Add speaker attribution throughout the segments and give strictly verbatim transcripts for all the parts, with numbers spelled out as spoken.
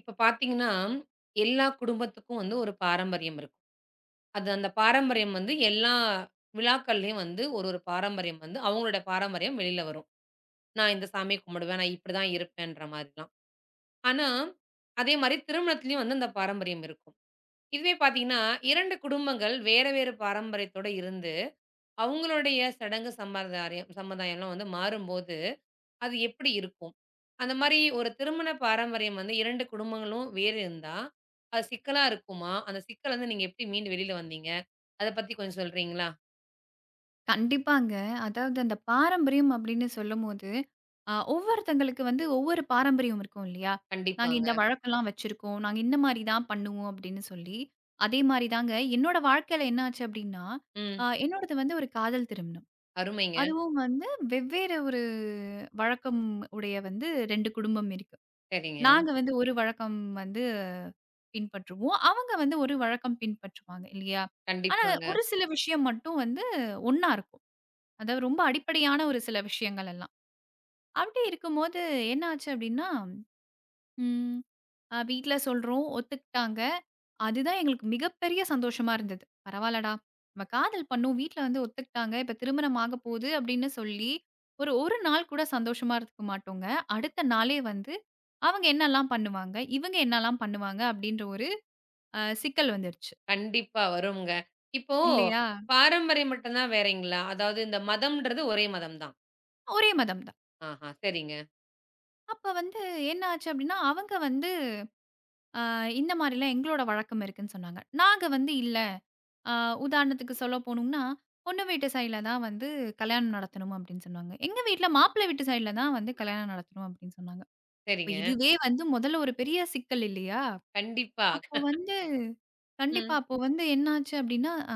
Speaker 1: இப்ப பார்த்தீங்கன்னா, எல்லா குடும்பத்துக்கும் வந்து ஒரு பாரம்பரியம் இருக்கும். அது அந்த பாரம்பரியம் வந்து எல்லா விழாக்கள்லயும் வந்து ஒரு ஒரு பாரம்பரியம் வந்து அவங்களோட பாரம்பரியம் வெளில வரும். நான் இந்த சாமிய கும்பிடுவேன். நான் இப்படிதான் இருப்பேன்ற மாரிலாம். ஆனா, அதே மாரி திருமணத்திலயும் வந்து அந்த பாரம்பரியம் இருக்கும். இதுவே பார்த்தீங்கன்னா, இரண்டு குடும்பங்கள் வேற வேற பாரம்பரியத்தோட இருந்து, அவங்களுடைய சடங்கு சம்பிரதாயம் சம்பிரதாயம்லாம் வந்து மாறும்போது அது எப்படி இருக்கும்? அந்த மாரி ஒரு திருமண பாரம்பரியம் வந்து இரண்டு குடும்பங்களும் வேறு இருந்தா, அது சிக்கலா இருக்குமா? அந்த சிக்கல்லருந்து நீங்க எப்படி மீண்டு வெளில வந்தீங்க? அத பத்தி கொஞ்சம் சொல்றீங்களா?
Speaker 2: கண்டிப்பாங்க. அதாவது அந்த பாரம்பரியம் அப்படின்னு சொல்லும்போது, அ ஒவ்வொருத்தங்களுக்கு வந்து ஒவ்வொரு பாரம்பரியம் இருக்கும் இல்லையா? நாங்க இந்த
Speaker 1: கண்டிப்பாங்க.
Speaker 2: வழக்கம்லாம் வச்சிருக்கோம். நாங்க இந்த மாரி தான் பண்ணுவோம் அப்படின்னு சொல்லி, அதே மாரி தாங்க என்னோட வாழ்க்கையில என்ன ஆச்சு அப்படின்னா,
Speaker 1: ம்.
Speaker 2: அ என்னோடது வந்து ஒரு காதல் திருமணம்.
Speaker 1: அருமைங்க.
Speaker 2: அதுவும் வந்து வெவ்வேறு ஒரு வழக்கம் உடைய வந்து ரெண்டு குடும்பம் இருக்கு.
Speaker 1: சரிங்க.
Speaker 2: நாங்க வந்து ஒரு வழக்கம் வந்து பின்பற்றுவோம். அவங்க வந்து ஒரு வழக்கம் பின்பற்றுவாங்க இல்லையா? ஆனா
Speaker 1: கண்டிப்பாங்க.
Speaker 2: ஒரு சில விஷயம் மட்டும் வந்து ஒண்ணா இருக்கும். அதாவது ரொம்ப அடிப்படையான ஒரு சில விஷயங்கள் எல்லாம். அப்படி இருக்கும்போது என்ன ஆச்சு அப்படின்னா, ம் அ வீட்ல சொல்றோம், ஒத்துக்கிட்டாங்க. அதுதான் எங்களுக்கு மிகப்பெரிய சந்தோஷமா இருந்தது. பரவால்லடா! நம்ம காதல் பண்ணோம். வீட்ல வந்து ஒத்துக்கிட்டாங்க. இப்ப திருமணம் ஆகப் போகுது அப்படின்னு சொல்லி, ஒரு 1 நாள் கூட சந்தோஷமா இருந்துக்க மாட்டோங்க. அடுத்த நாளே வந்து அவங்க என்னல்லாம் பண்ணுவாங்க, இவங்க என்னல்லாம் பண்ணுவாங்க அப்படின்ற ஒரு அ சிக்கல் வந்துருச்சு.
Speaker 1: கண்டிப்பா வருங்க. இப்போ
Speaker 2: இல்லையா?
Speaker 1: பாரம்பரியம் மட்டும் தான் வேறங்களா? அதாவது இந்த மதம்ன்றது ஒரே மதம் தான்.
Speaker 2: ஒரே மதம் தான்.
Speaker 1: ஆஹா. சரிங்க,
Speaker 2: அப்ப வந்து என்ன ஆச்சு அப்படின்னா, அவங்க வந்து ஆ இந்த மாரிலாம் எங்களோட வழக்கம் இருக்குன்னு சொன்னாங்க. நாங்க வந்து இல்ல. ஆ உதாரணத்துக்கு சொல்ல போணும்னா, பொண்ணு வீட்டு சைடுல தான் வந்து கல்யாணம் நடத்தணும் அப்டின்னு சொன்னாங்க. எங்க வீட்ல மாப்பிள்ளை வீட்டு சைடுல தான் வந்து கல்யாணம் நடத்தணும் அப்டின்னு சொன்னாங்க. இப்ப
Speaker 1: சரிங்க.
Speaker 2: இதுவே வந்து முதல்ல ஒரு பெரிய சிக்கல் இல்லையா?
Speaker 1: கண்டிப்பா.
Speaker 2: அப்போ வந்து கண்டிப்பா
Speaker 1: ம்.
Speaker 2: அப்போ வந்து என்னாச்சு அப்டின்னா, ஆ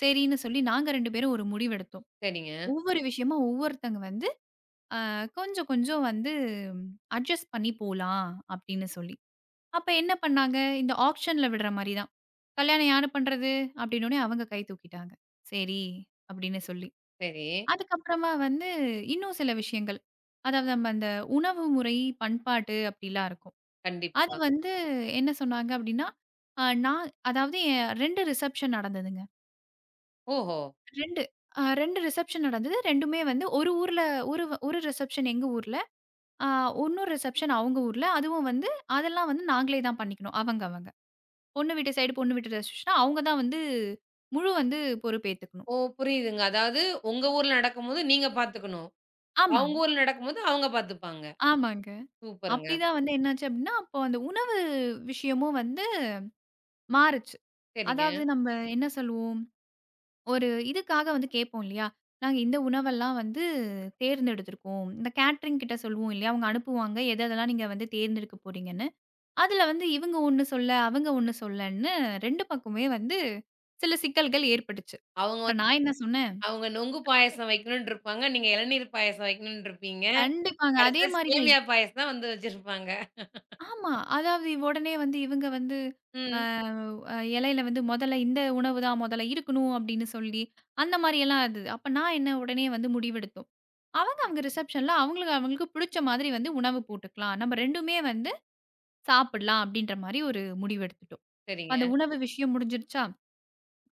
Speaker 2: சரின்னு சொல்லி நாங்க ரெண்டு பேரும் ஒரு முடிவெடுத்தோம்.
Speaker 1: சரிங்க.
Speaker 2: ஒவ்வொரு விஷயமா ஒவ்வொருத்தங்க வந்து அ கொஞ்சம் கொஞ்சம் வந்து அட்ஜஸ்ட் பண்ணி போலாம் அப்டின்னு சொல்லி. அப்ப என்ன பண்ணாங்க, இந்த ஆப்ஷன்ல விடுற மாரி தான். "கல்யாணம் யாரு பண்றது?" அப்படின்னோனே அவங்க கை தூக்கிட்டாங்க. "சரி" அப்படின்னு சொல்லி.
Speaker 1: சரி.
Speaker 2: அதுக்கப்புறமா வந்து இன்னும் சில விஷயங்கள். அதாவது நம்ம அந்த உணவு முறை, பண்பாட்டு அப்படிலாம் இருக்கும். அது
Speaker 1: கண்டிப்பா.
Speaker 2: வந்து என்ன சொன்னாங்க அப்படின்னா, அ நான் அதாவது என் ரெண்டு ரிசப்ஷன் நடந்ததுங்க.
Speaker 1: ஓஹோ!
Speaker 2: ரெண்டு அ ரெண்டு ரிசப்ஷன் நடந்தது. 2மே வந்து ஒரு ஊர்ல ஒரு வ- ஒரு ரிசப்ஷன் எங்க ஊர்ல, அ இன்னொரு ரிசப்ஷன் அவங்க ஊர்ல. அதுவும் வந்து அதெல்லாம் வந்து நாங்களே தான் பண்ணிக்கணும். அவங்க அவங்க. பொண்ணு வீட்டு சைடு பொண்ணு வீட்டு ரெஸ்ட்ரிக்ஷன்னா, அவங்க தான் வந்து முழு வந்து பொறுப்பேத்துக்கணும்.
Speaker 1: ஓ புரியுதுங்க. அதாவது உங்க ஊர்ல நடக்கும்போது நீங்க பாத்துக்கணும்.
Speaker 2: ஆமாங்க,
Speaker 1: அவங்க ஊர்ல நடக்கும்போது அவங்க பார்த்துப்பாங்க.
Speaker 2: ஆமாங்க.
Speaker 1: சூப்பருங்க.
Speaker 2: அப்படிதான் வந்து என்னாச்சு அப்படின்னா, அப்போ அந்த உணவு விஷயமும் வந்து மாறுச்சு.
Speaker 1: சரிங்க.
Speaker 2: அதாவது நம்ம என்ன சொல்லுவோம், ஒரு இதுக்காக வந்து கேட்போம் இல்லையா? நாங்க இந்த உணவெல்லாம் வந்து தேர்ந்தெடுத்திருக்கோம். இந்த கேட்டரிங் கிட்ட சொல்லுவோம் இல்லையா? அவங்க அனுப்புவாங்க. எது எதெல்லாம் நீங்க வந்து தேர்ந்தெடுக்க போறீங்கன்னு. அதில வந்து இவங்க ஒண்ணு சொல்ல, அவங்க ஒண்ணு சொல்லன்னு ரெண்டு பக்கமே வந்து சில சிக்கல்கள் ஏற்பட்டுச்சு.
Speaker 1: அவங்க வந்து
Speaker 2: அப்புறம் நான் என்ன சொன்னேன்,
Speaker 1: அவங்க நொங்கு பாயாசம் வைக்கணும்னு இருப்பாங்க. நீங்க இளநீர் பாயாசம் வைக்கணும்னு இருப்பீங்க.
Speaker 2: கண்டிப்பாங்க. அதே
Speaker 1: கடைசில
Speaker 2: மாரி தான்
Speaker 1: சேமியா பாயாசம் தான் வந்து வச்சிருப்பாங்க.
Speaker 2: ஆமா. அதாவது உடனே வந்து இவங்க வந்து அ
Speaker 1: ம்.
Speaker 2: அ இலையில வந்து முதல்ல இந்த உணவு தான் முதல்ல இருக்கணும் அப்படின்னு சொல்லி, அந்த மாரியெல்லாம் இருந்தது. அப்ப நான் என்ன உடனே வந்து முடிவெடுத்தோம். அவங்க அவங்க ரிசப்ஷன்ல அவங்களுக்கு அவங்களுக்கு பிடிச்ச மாதிரி வந்து உணவு போட்டுக்கலாம். நம்ம ரெண்டுமே வந்து சாப்பிடலாம் அப்படின்ற மாரி ஒரு முடிவு எடுத்துட்டோம். அந்த
Speaker 1: சரிங்க.
Speaker 2: உணவு விஷயம் முடிஞ்சிருச்சா?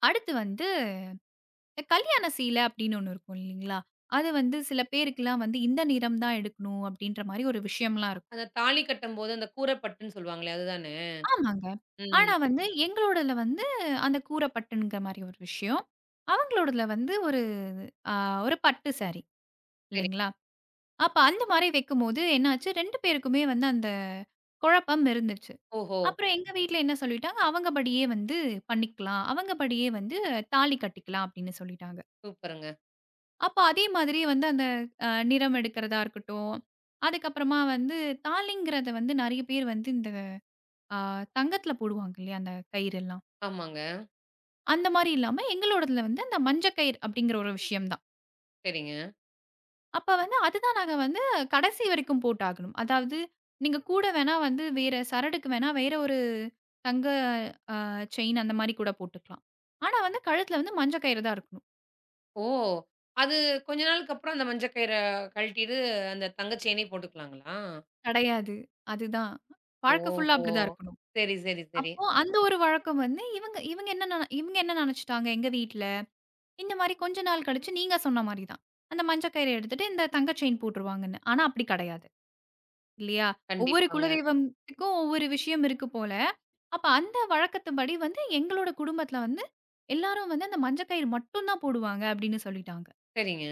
Speaker 2: அடுத்து வந்து கல்யாண சீலை அப்படின்னு ஒண்ணு இருக்கும் இல்லைங்களா? அது வந்து சில பேருக்குலாம் வந்து இந்த நிறம் தான் எடுக்கணும் அப்படின்ற மாரி ஒரு விஷயம்லாம் இருக்கும்.
Speaker 1: அந்த தாலி கட்டும்போது அந்த கூரப்பட்டுன்னு சொல்லுவாங்களே அதுதானே?
Speaker 2: ஆமாங்க. ஆனா
Speaker 1: ம்.
Speaker 2: வந்து எங்களோடதுல வந்து அந்த கூர பட்டுங்கிற மாரி ஒரு விஷயம். அவங்களோடதுல வந்து ஒரு அ ஒரு பட்டு சாரி
Speaker 1: சரி.
Speaker 2: இல்லைங்களா? அப்ப அந்த மாரி வைக்கும்போது என்னாச்சு ரெண்டு பேருக்குமே வந்து அந்த குழப்பம் இருந்துச்சு.
Speaker 1: ஓஹோ!
Speaker 2: அப்புறம் எங்க வீட்ல என்ன சொல்லிட்டாங்க, அவங்க படியே வந்து பண்ணிக்கலாம். அவங்க படியே வந்து தாலி கட்டிக்கலாம் அப்படின்னு சொல்லிட்டாங்க.
Speaker 1: சூப்பருங்க.
Speaker 2: அப்ப அதே மாதிரி வந்து அந்த அ நிறம் எடுக்கிறதா இருக்கட்டும், அதுக்கப்புறமா வந்து தாலிங்கிறத வந்து நெறைய பேர் வந்து இந்த அ தங்கத்துல போடுவாங்க இல்லையா? அந்த கயிறெல்லாம்.
Speaker 1: ஆமாங்க.
Speaker 2: அந்த மாரி இல்லாம, எங்களோடதுல வந்து அந்த மஞ்ச கயிறு அப்படிங்கிற ஒரு விஷயம் தான்.
Speaker 1: சரிங்க.
Speaker 2: அப்ப வந்து அதுதான் நாங்க வந்து கடைசி வரைக்கும் போட்டாகணும். அதாவது நீங்க கூட வேணா வந்து வேற சரடுக்கு வேணா வேற ஒரு தங்க அ செயின் அந்த மாரி கூட போட்டுக்கலாம். ஆனா வந்து கழுத்துல வந்து மஞ்ச கயிறு தான் இருக்கணும்.
Speaker 1: ஓ! அது கொஞ்ச நாளுக்கு அப்புறம் அந்த மஞ்ச கயிற கழட்டிட்டு அந்த தங்க செயினே போட்டுக்கலாங்களா?
Speaker 2: கடையாது. அதுதான். வாழ்க்கை ஃபுல்லா
Speaker 1: ஓஹோ!
Speaker 2: அப்படிதான் இருக்கணும்.
Speaker 1: சரி, சரி, சரி.
Speaker 2: அப்போ அந்த ஒரு வழக்கம் வந்து இவங்க இவங்க என்ன நென இவங்க என்ன நெனச்சுட்டாங்க எங்க வீட்ல, இந்த மாரி கொஞ்ச நாள் கழிச்சு நீங்க சொன்ன மாரி தான். அந்த மஞ்ச கயிறு எடுத்துட்டு இந்த தங்க செயின் போட்டுருவாங்கன்னு. ஆனா அப்படி கடையாது. இல்லையா? ஒவ்வொரு
Speaker 1: கண்டிப்பாங்க.
Speaker 2: குலதெய்வம்த்துக்கும் ஒவ்வொரு விஷயம் இருக்கு போல. அப்ப அந்த வழக்கத்துபடி வந்து எங்களோட குடும்பத்தில வந்து எல்லாரும் வந்து அந்த மஞ்ச கயிறு மட்டும் தான் போடுவாங்க அப்படின்னு சொல்லிட்டாங்க.
Speaker 1: சரிங்க.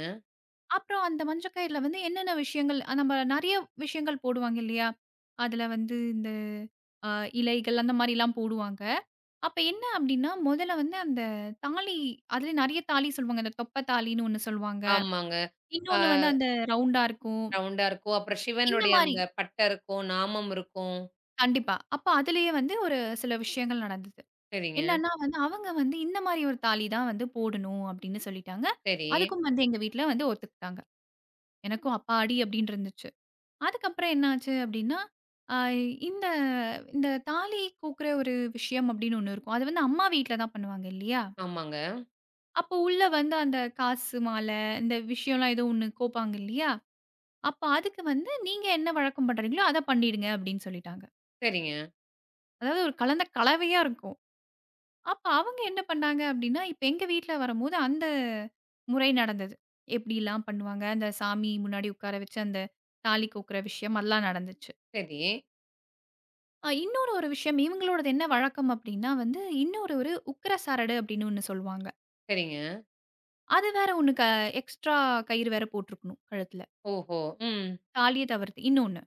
Speaker 2: அப்புறம் அந்த மஞ்ச கயிறுல வந்து என்னென்ன விஷயங்கள் அஹ் நம்ம நெறைய விஷயங்கள் போடுவாங்க இல்லையா? அதுல வந்து இந்த அ இலைகள் அந்த மாரிலாம் போடுவாங்க. அப்ப என்ன அப்படின்னா, முதல்ல வந்து அந்த தாலி அதுல நெறைய தாலி சொல்லுவாங்க. அந்த தொப்ப தாலின்னு ஒண்ணு சொல்லுவாங்க.
Speaker 1: ஆமாங்க. அ
Speaker 2: இன்னொன்னு வந்து அந்த ரவுண்டா இருக்கும்.
Speaker 1: ரவுண்டா இருக்கும். அப்புறம்
Speaker 2: இந்த
Speaker 1: சிவனுடைய
Speaker 2: மாரி.
Speaker 1: அந்த பட்டை இருக்கும், நாமம் இருக்கும்.
Speaker 2: கண்டிப்பா. அப்ப அதிலேயே வந்து ஒரு சில விஷயங்கள் நடந்தது.
Speaker 1: சரிங்க.
Speaker 2: என்னன்னா வந்து, அவங்க வந்து இந்த மாரி ஒரு தாலி தான் வந்து போடணும் அப்படின்னு சொல்லிட்டாங்க.
Speaker 1: சரி.
Speaker 2: அதுக்கும் வந்து எங்க வீட்ல வந்து ஒத்துக்கிட்டாங்க. எனக்கும் அப்பாடி அப்படின்னு இருந்துச்சு. அதுக்கப்புறம் என்னாச்சு அப்படின்னா, அ இந்த இந்த தாலி கோக்குற ஒரு விஷயம் அப்படின்னு ஒண்ணு இருக்கும். அது வந்து அம்மா வீட்ல தான் பண்ணுவாங்க இல்லையா?
Speaker 1: ஆமாங்க.
Speaker 2: அப்போ உள்ள வந்து அந்த காசு மாலை, இந்த விஷயம்லாம் ஏதோ ஒண்ணு கோப்பாங்க இல்லையா? அப்ப அதுக்கு வந்து நீங்க என்ன வழக்கம் பண்றீங்களோ, அத பண்ணிடுங்க அப்படின்னு சொல்லிட்டாங்க.
Speaker 1: சரிங்க.
Speaker 2: அதாவது ஒரு கலந்த கலவையா இருக்கும். அப்ப அவங்க என்ன பண்ணாங்க அப்டின்னா, இப்ப எங்க வீட்ல வரம்போது அந்த முறை நடந்தது. எப்படிலாம் பண்ணுவாங்க, அந்த சாமி முன்னாடி உட்கார வச்சு அந்த தாலி கோக்குற விஷயம் அதெல்லாம் நடந்துச்சு.
Speaker 1: சரி,
Speaker 2: அ இன்னொரு ஒரு விஷயம் இவங்களோடது என்ன வழக்கம் அப்டின்னா வந்து, இன்னொரு ஒரு உக்கிர சரடு அப்டின்னு ஒண்ணு சொல்லுவாங்க.
Speaker 1: சரிங்க.
Speaker 2: அது வேற ஒண்ணு க எக்ஸ்ட்ரா கயிறு வேற போட்டுருக்கணும் கழுத்துல.
Speaker 1: ஓஹோ! ம்.
Speaker 2: தாலிய தவிர்த்து இன்னொன்னு.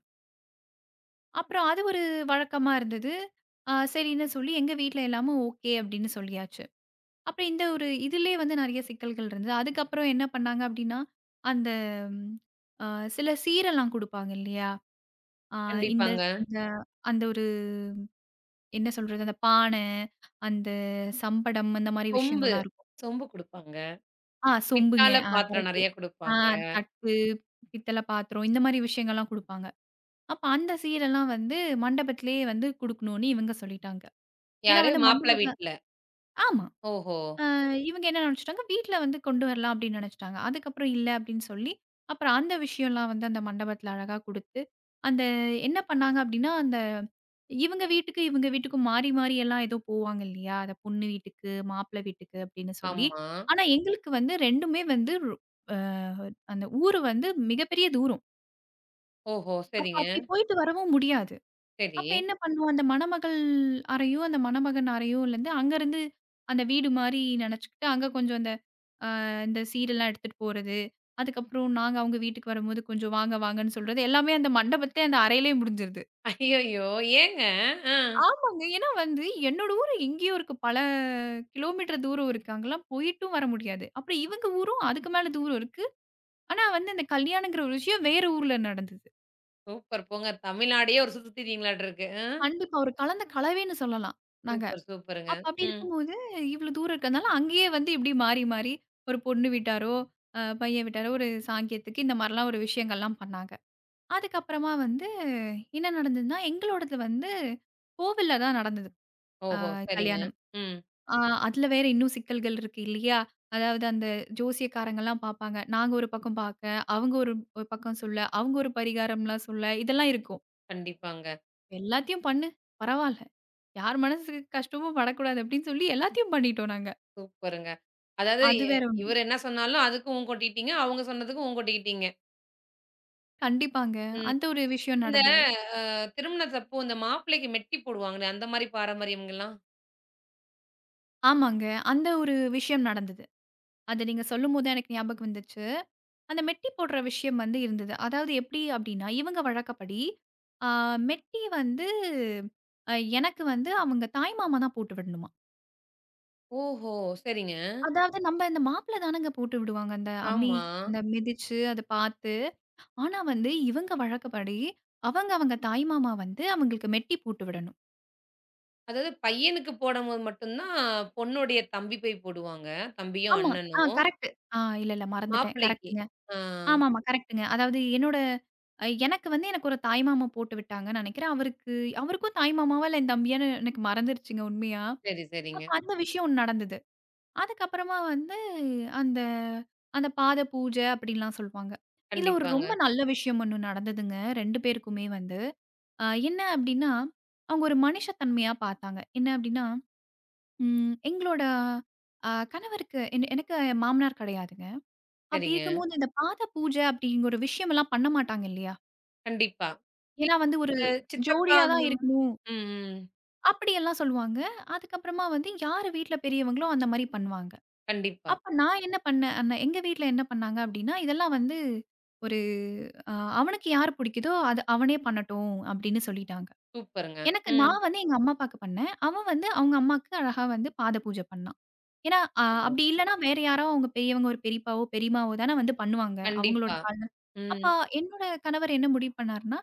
Speaker 2: அப்புறம் அது ஒரு வழக்கமா இருந்தது. அ சரின்னு சொல்லி எங்க வீட்ல எல்லாமும் ஓகே அப்டின்னு சொல்லியாச்சு. அப்புறம் இந்த ஒரு இதிலேயே வந்து நெறைய சிக்கல்கள் இருந்தது. அதுக்கப்புறம் என்ன பண்ணாங்க அப்டின்னா, அந்த ம் அ சில சீரெல்லாம் குடுப்பாங்க இல்லையா? அ இந்த
Speaker 1: கண்டிப்பாங்க.
Speaker 2: அந்த அந்த ஒரு என்ன சொல்றது? அந்த பான, அந்த சம்படம் அந்த மாரி
Speaker 1: சொம்பு,
Speaker 2: விஷயங்கள்லாம் இருக்கும்.
Speaker 1: சொம்பு குடுப்பாங்க.
Speaker 2: ஆ சொம்புங்க.
Speaker 1: பித்தாள
Speaker 2: ஆ
Speaker 1: பாத்திரம்
Speaker 2: கரெக்ட்டு.
Speaker 1: நெறைய
Speaker 2: ஆ
Speaker 1: குடுப்பாங்க.
Speaker 2: தட்டு, பித்தள பாத்திரம் இந்த மாரி விஷயங்கள்லாம் குடுப்பாங்க. அப்ப அந்த சீரெல்லாம் வந்து மண்டபத்திலேயே வந்து குடுக்கணும்னு இவங்க சொல்லிட்டாங்க. ஏன்னா
Speaker 1: யாரு?
Speaker 2: வந்து
Speaker 1: மாப்பிள்ளை
Speaker 2: மண்டபத்தில
Speaker 1: வீட்ல.
Speaker 2: ஆமா.
Speaker 1: ஓஹோ!
Speaker 2: இவங்க என்ன நினைச்சுட்டாங்க, வீட்ல வந்து கொண்டு வரலாம் அப்படின்னு நினைச்சுட்டாங்க. அதுக்கப்புறம் இல்ல அப்படின்னு சொல்லி, அப்புறம் அந்த விஷயம்லாம் வந்து அந்த மண்டபத்துல அழகா குடுத்து, அந்த என்ன பண்ணாங்க அப்படின்னா, அந்த இவங்க வீட்டுக்கு, இவங்க வீட்டுக்கும் மாறி மாறி எல்லாம் ஏதோ போவாங்க இல்லையா? அந்த பொண்ணு வீட்டுக்கு, மாப்பிள்ளை வீட்டுக்கு அப்படின்னு சொல்லி.
Speaker 1: ஆமா.
Speaker 2: ஆனா எங்களுக்கு வந்து ரெண்டுமே வந்து ரொ அ அந்த ஊரு வந்து மிகப்பெரிய தூரம்.
Speaker 1: ஓஹோ!
Speaker 2: அப்ப
Speaker 1: சரிங்க.
Speaker 2: அப்படி போயிட்டு வரவும் முடியாது.
Speaker 1: சரி.
Speaker 2: அப்ப என்ன பண்ணுவோம், அந்த மணமகள் அறையும், அந்த மணமகன் அறையும் வந்து அங்கருந்து அந்த வீடு மாரி நினைச்சுக்கிட்டு, அங்க கொஞ்சம் அந்த அ இந்த சீரெல்லாம் எடுத்துட்டு போறது. அதுக்கப்புறம் நாங்க அவங்க வீட்டுக்கு வரும்போது கொஞ்சம் வாங்க வாங்கன்னு சொல்றது. எல்லாமே அந்த மண்டபத்திலே அந்த அறையிலே முடிஞ்சிருது.
Speaker 1: ஐயய்யோ! ஏங்க? ஆ.
Speaker 2: ஆமாங்க. ஏன்னா வந்து என்னோட ஊரு எங்கேயோ இருக்கு. பல கிலோமீட்டர் தூரம் இருக்கு. அங்கலாம் போயிட்டும் வர முடியாது. அப்புறம் இவங்க ஊரும் அதுக்கு மேல தூரம் இருக்கு. ஆனா வந்து இந்த கல்யாணங்கிற ஒரு விஷயம் வேற ஊர்ல நடந்தது.
Speaker 1: சூப்பர் போங்க. தமிழ்நாடே ஒரு சுத்து திரியுறீங்களாட்டுருக்கு. ஆ.
Speaker 2: கண்டிப்பா ஒரு கலந்த கலவைன்னு சொல்லலாம் நாங்க.
Speaker 1: சூப்பர், சூப்பருங்க.
Speaker 2: அப்ப அப்படி
Speaker 1: ம்.
Speaker 2: இருக்கும்போது இவ்வளோ தூரம் இருக்கிறதுனால அங்கேயே வந்து இப்படி மாறி மாறி ஒரு பொண்ணு வீட்டாரோ, அ பையன் வீட்டாரோ ஒரு சாங்கியத்துக்கு இந்த மாரிலாம் ஒரு விஷயங்கள்லாம் பண்ணாங்க. அதுக்கப்புறமா வந்து என்ன நடந்ததுன்னா, எங்களோடது வந்து கோவில்ல தான் நடந்தது அ
Speaker 1: ஓஹோ! சரிங்க.
Speaker 2: கல்யாணம்.
Speaker 1: ம்.
Speaker 2: ஆ அதில வேற இன்னும் சிக்கல்கள் இருக்கு இல்லையா? அதாவது அந்த ஜோசியக்காரங்கலாம் பார்ப்பாங்க. நாங்க ஒரு பக்கம் பார்க்க, அவங்க ஒரு ஒரு பக்கம் சொல்ல, அவங்க ஒரு பரிகாரம்லாம் சொல்ல, இதெல்லாம் இருக்கும்.
Speaker 1: கண்டிப்பாங்க.
Speaker 2: எல்லாத்தையும் பண்ணு, பரவால்ல. யார் மனசுக்கு கஷ்டமும் படக்கூடாது அப்படின்னு சொல்லி எல்லாத்தையும் பண்ணிட்டோம் நாங்க.
Speaker 1: சூப்பருங்க. அதாவது
Speaker 2: அது
Speaker 1: எ
Speaker 2: வேற ஒண்ணு.
Speaker 1: இவரு என்ன சொன்னாலும் அதுக்கும் ஊ கொட்டிட்டீங்க. அவங்க சொன்னதுக்கும் ஊ கொட்டிக்கிட்டீங்க.
Speaker 2: கண்டிப்பாங்க.
Speaker 1: ம்.
Speaker 2: அந்த ஒரு விஷயம்
Speaker 1: இந்த
Speaker 2: நடந்தது.
Speaker 1: அ திருமணத்தப்போ இந்த மாப்பிள்ளைக்கு மெட்டி போடுவாங்களே, அந்த மாரி பாரம்பரியம்ங்கலாம்?
Speaker 2: ஆமாங்க. அந்த ஒரு விஷயம் நடந்தது. அத நீங்க சொல்லும்போது தான் எனக்கு ஞாபகம் வந்துச்சு. அந்த மெட்டி போடுற விஷயம் வந்து இருந்தது. அதாவது எப்டி அப்டின்னா, இவங்க வழக்கப்படி, ஆ மெட்டி வந்து அ எனக்கு வந்து அவங்க தாய் மாமா தான் போட்டு விடணுமா.
Speaker 1: ஓஹோ! சரிங்க.
Speaker 2: அதாவது நம்ம இந்த மாப்பிள தானங்க போட்டு விடுவாங்க. அந்த அம்மி
Speaker 1: ஆமா.
Speaker 2: அந்த மிதிச்சு அத பார்த்து. ஆனா வந்து இவங்க வழக்கப்படி, அவங்க அவங்க தாய் மாமா வந்து அவங்களுக்கு மெட்டி போட்டு விடணும்.
Speaker 1: அதாவது பையனுக்கு போடம்போது மட்டும் தான் பொண்ணுடைய தம்பி போய் போடுவாங்க. தம்பியும்,
Speaker 2: ஆமா. ஆ
Speaker 1: அண்ணனும்.
Speaker 2: கரெக்ட்டு. ஆ இல்ல, இல்ல மறந்துட்டேன்.
Speaker 1: மாப்பிள்ளைக்கு.
Speaker 2: கரெக்ட்டுங்க.
Speaker 1: ஆ.
Speaker 2: ஆமாமா. கரெக்ட்டுங்க. அதாவது என்னோட அ எனக்கு வந்து எனக்கு ஒரு தாய்மாமா போட்டு விட்டாங்கன்னு நெனைக்கிறேன். அவருக்கு அவருக்கும் தாய்மாமாவா இல்ல என் தம்பியான்னு எனக்கு மறந்துருச்சுங்க உண்மையா.
Speaker 1: சரி, சரிங்க.
Speaker 2: அப்ப அந்த விஷயம் ஒண்ணு நடந்தது. அதுக்கப்புறமா வந்து அந்த அந்த பாத பூஜை அப்படின்லாம் சொல்லுவாங்க. இதுல ஒரு ரொம்ப
Speaker 1: கண்டிப்பாங்க.
Speaker 2: நல்ல விஷயம் ஒண்ணு நடந்ததுங்க ரெண்டு பேருக்குமே வந்து. அ என்ன அப்படின்னா, அவங்க ஒரு மனுஷ தன்மையா பார்த்தாங்க. என்ன அப்படின்னா, ம் எங்களோட அ கணவருக்கு என் எனக்கு மாமனார் கிடையாதுங்க. அப்படி
Speaker 1: சரிங்க.
Speaker 2: இருக்கும்போது, இந்த பாத பூஜை அப்படிங்கிற ஒரு விஷயமெல்லாம் பண்ண மாட்டாங்க இல்லையா?
Speaker 1: கண்டிப்பா.
Speaker 2: ஏன்னா வந்து ஒரு
Speaker 1: இந்த சித்தப்பா
Speaker 2: ஜோடியா
Speaker 1: அந்த
Speaker 2: தான் இருக்கணும்.
Speaker 1: ம், ம்.
Speaker 2: அப்படியெல்லாம் சொல்லுவாங்க. அதுக்கப்புறமா வந்து யாரு வீட்ல பெரியவங்களோ அந்த மாரி பண்ணுவாங்க.
Speaker 1: கண்டிப்பா.
Speaker 2: அப்ப நான் என்ன பண்ணேன் அன்ன எங்க வீட்ல என்ன பண்ணாங்க அப்படின்னா, இதெல்லாம் வந்து ஒரு அ அவனுக்கு யார் புடிக்குதோ அது அவனே பண்ணட்டும் அப்படின்னு சொல்லிட்டாங்க.
Speaker 1: சூப்பருங்க.
Speaker 2: எனக்கு
Speaker 1: ம்.
Speaker 2: நான் வந்து எங்க அம்மா அப்பாவுக்கு பண்ணேன். அவன் வந்து அவங்க அம்மாக்கு அழகா வந்து பாத பூஜை பண்ணான். ஏன்னா, அ அப்படி இல்லன்னா வேற யாரோ அவங்க பெரியவங்க ஒரு பெரியப்பாவோ, பெரியம்மாவோ தானே வந்து பண்ணுவாங்க. அவங்களோட
Speaker 1: கண்டிப்பா.
Speaker 2: கால்ல. அப்ப
Speaker 1: ம்.
Speaker 2: என்னோட கணவர் என்ன முடிவு பண்ணாருன்னா,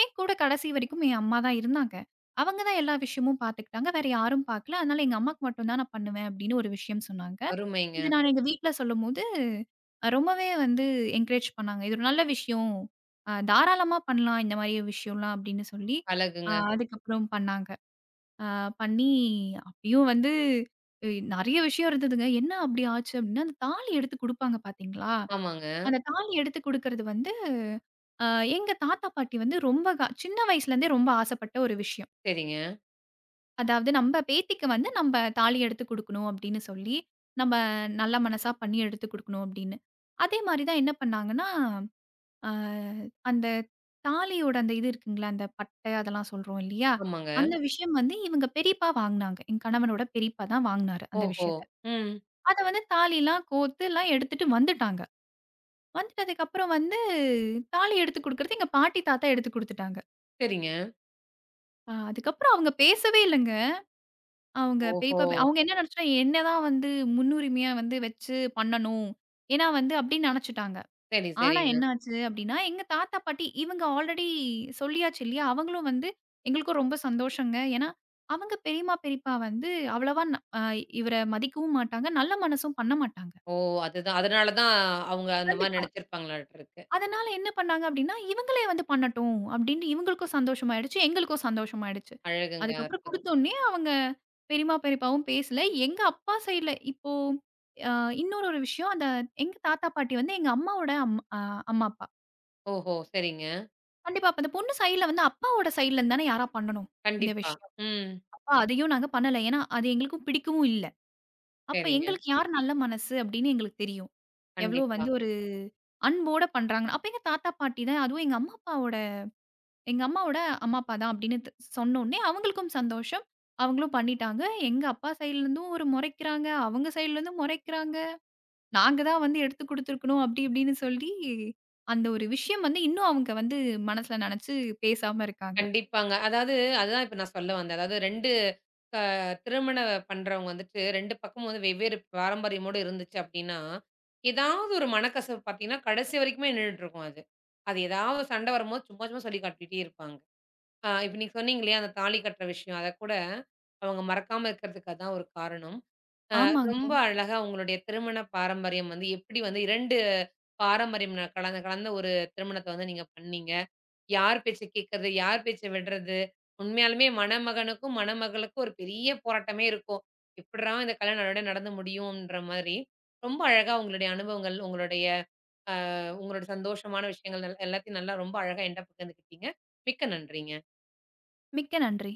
Speaker 2: என் கூட கடைசி வரைக்கும் என் அம்மா தான் இருந்தாங்க. அவங்க தான் எல்லா விஷயமும் பார்த்துக்கிட்டாங்க. வேற யாரும் பார்க்கல. அதனால எங்க அம்மாக்கு மட்டும் தான் நான் பண்ணுவேன் அப்படின்னு ஒரு விஷயம் சொன்னாங்க. இது
Speaker 1: அருமைங்க.
Speaker 2: நான் எங்க வீட்ல சொல்லும்போது, அ ரொம்பவே வந்து என்கரேஜ் பண்ணாங்க. இது ஒரு நல்ல விஷயம். அ தாராளமா பண்ணலாம் இந்த மாரி விஷயம்லாம் அப்படின்னு சொல்லி, அ
Speaker 1: அழகுங்க.
Speaker 2: அதுக்கப்புறம் பண்ணாங்க. ஆ பண்ணி அப்பயும் வந்து இ நெறைய விஷயம் இருந்ததுங்க. என்ன அப்படி ஆச்சு அப்படின்னா, அந்த தாலி எடுத்து குடுப்பாங்க பார்த்தீங்களா?
Speaker 1: ஆமாங்க.
Speaker 2: அந்த தாலி எடுத்து குடுக்கறது வந்து, அ எங்க தாத்தா, பாட்டி வந்து ரொம்ப க சின்ன வயசுலேருந்தே ரொம்ப ஆசைப்பட்ட ஒரு விஷயம்.
Speaker 1: சரிங்க.
Speaker 2: அதாவது நம்ம பேத்திக்கு வந்து நம்ப தாலி எடுத்து குடுக்கணும் அப்படின்னு சொல்லி, நம்ம நல்ல மனசா பண்ணி எடுத்து குடுக்கணும் அப்படின்னு. அதே மாரி தான் என்ன பண்ணாங்கன்னா ஆ அந்த தாலியோட அந்த இது இருக்குங்களா, அந்த பட்டை அதெல்லாம் சொல்றோம் இல்லையா?
Speaker 1: ஆமாங்க.
Speaker 2: அந்த விஷயம் வந்து இவங்க பெரியப்பா வாங்குனாங்க. என் கணவனோட பெரியப்பா தான் வாங்குனாரு அந்த
Speaker 1: ஓஹோ!
Speaker 2: விஷயத்த.
Speaker 1: ம்.
Speaker 2: அத வந்து தாலிலாம் கோத்து எல்லாம் எடுத்துட்டு வந்துட்டாங்க. வந்துட்டதுக்கப்புறம் வந்து தாலி எடுத்து குடுக்குறது எங்க பாட்டி, தாத்தா எடுத்து குடுத்துட்டாங்க.
Speaker 1: சரிங்க.
Speaker 2: அ அதுக்கப்புறம் அவங்க பேசவே இல்லங்க. அவங்க
Speaker 1: ஓஹோ!
Speaker 2: பெரியப்பா பே- அவங்க என்ன நெனச்சுட்டாங்க, என்ன தான் வந்து முன்னுரிமையா வந்து வச்சு பண்ணணும். ஏன்னா வந்து அப்டின்னு நெனச்சுட்டாங்க.
Speaker 1: சரி,
Speaker 2: ஆனா
Speaker 1: சரிங்க.
Speaker 2: என்னாச்சு அப்டின்னா, எங்க தாத்தா, பாட்டி இவங்க ஆல்ரெடி சொல்லியாச்சு இல்லையா? அவங்களும் வந்து எங்களுக்கும் ரொம்ப சந்தோஷங்க. ஏன்னா, அவங்க பெரியம்மா, பெரியப்பா வந்து அவ்வளவா ந அ இவர மதிக்கவும் மாட்டாங்க. நல்ல மனசும் பண்ண மாட்டாங்க.
Speaker 1: ஓ! அதுதான். அதனால தான் அவங்க அந்த மாரி
Speaker 2: கண்டிப்பா.
Speaker 1: நெனச்சிருப்பாங்களாட்ருக்கு.
Speaker 2: அதனால என்ன பண்ணாங்க அப்டின்னா, இவங்களே வந்து பண்ணட்டும் அப்டின்னு இவங்களுக்கும் சந்தோஷமாயிடுச்சு, எங்களுக்கும் சந்தோஷமாயிடுச்சு.
Speaker 1: அழகுங்க,
Speaker 2: அதுக்கப்புறம்
Speaker 1: அற்புதம்.
Speaker 2: குடுத்தோனே அவங்க பெரியம்மா, பெரியப்பாவும் பேசல. எங்க அப்பா சைட்ல இப்போ அ இன்னொரு ஒரு விஷயம். அந்த எங்க தாத்தா, பாட்டி வந்து எங்க அம்மாவோட அம் அ அம்மா, அப்பா.
Speaker 1: ஓஹோ! சரிங்க.
Speaker 2: கண்டிப்பா. அப்ப அந்த பொண்ணு சைட்ல வந்து அப்பாவோட சைட்ல இருந்து தானே யாரா பண்ணணும், இந்த
Speaker 1: கண்டிப்பா.
Speaker 2: விஷயம்.
Speaker 1: ம்.
Speaker 2: அப்ப அதையும் நாங்க பண்ணல. ஏன்னா, அது எங்களுக்கும் பிடிக்கவும் இல்ல. அப்ப
Speaker 1: சரிங்க.
Speaker 2: எங்களுக்கு யார் நல்ல மனசு அப்படின்னு எங்களுக்கு தெரியும். எவ்வளோ
Speaker 1: கண்டிப்பா.
Speaker 2: வந்து ஒரு அன்போட பண்றாங்கன்னு. அப்ப எங்க தாத்தா, பாட்டி தான் அதுவும் எங்க அம்மா அப்பாவோட எங்க அம்மாவோட அம்மா அப்பா தான் அப்படின்னு த் சொன்னோனே அவங்களுக்கும் சந்தோஷம். அவங்களும் பண்ணிட்டாங்க. எங்க அப்பா சைட்ல இருந்தும் ஒரு முறைக்கிறாங்க. அவங்க சைட்ல இருந்தும் முறைக்கிறாங்க. நாங்க தான் வந்து எடுத்து குடுத்துருக்கணும் அப்படி இப்படின்னு சொல்லி, அந்த ஒரு விஷயம் வந்து இன்னும் அவங்க வந்து மனசுல நெனச்சு பேசாம இருக்காங்க.
Speaker 1: கண்டிப்பாங்க. அதாவது அதுதான் இப்ப நான் சொல்ல வந்தேன். அதாவது இரண்டு அ திருமணம் பண்றவங்க வந்துட்டு இரண்டு பக்கமும் வந்து வெவ்வேறு பாரம்பரியமோட இருந்துச்சு அப்டின்னா, ஏதாவது ஒரு மனக்கசவு பாத்தீங்கன்னா, கடைசி வரைக்குமே நின்னுட்ருக்கும் அது. அது ஏதாவது சண்டை வரும்போது சும்மா சும்மா சொல்லி காட்டிட்டே இருப்பாங்க. ஆ இப்ப நீங்க சொன்னீங்க இல்லையா, அந்த தாலி கட்டுற விஷயம். அதக்கூட அவங்க மறக்காம இருக்கிறதுக்கு அதான் ஒரு காரணம்.
Speaker 2: ஆமாங்க.
Speaker 1: ரொம்ப அழகா உங்களுடைய திருமண பாரம்பரியம் வந்து எப்படி வந்து இரண்டு பாரம்பரியம் ந கலந்த கலந்த ஒரு திருமணத்த வந்து நீங்க பண்ணீங்க. யார் பேச்ச கேட்கறது? யார் பேச்ச விடுறது? உண்மையாலுமே மணமகனுக்கும், மணமகளுக்கும் ஒரு பெரிய போராட்டமே இருக்கும். "எப்புட்றா இந்த கல்யாணம் நல்லபடியா நடந்து முடியும்ன்ற" மாதிரி. ரொம்ப அழகா உங்களுடைய அனுபவங்கள், உங்களுடைய உங்களுடைய சந்தோஷமான விஷயங்கள் எல்லா- எல்லாத்தையும் நல்லா ரொம்ப அழகா என்ட்ட பகிர்ந்துக்கிட்டீங்க. மிக்க நன்றிங்க.
Speaker 2: மிக்க நன்றி.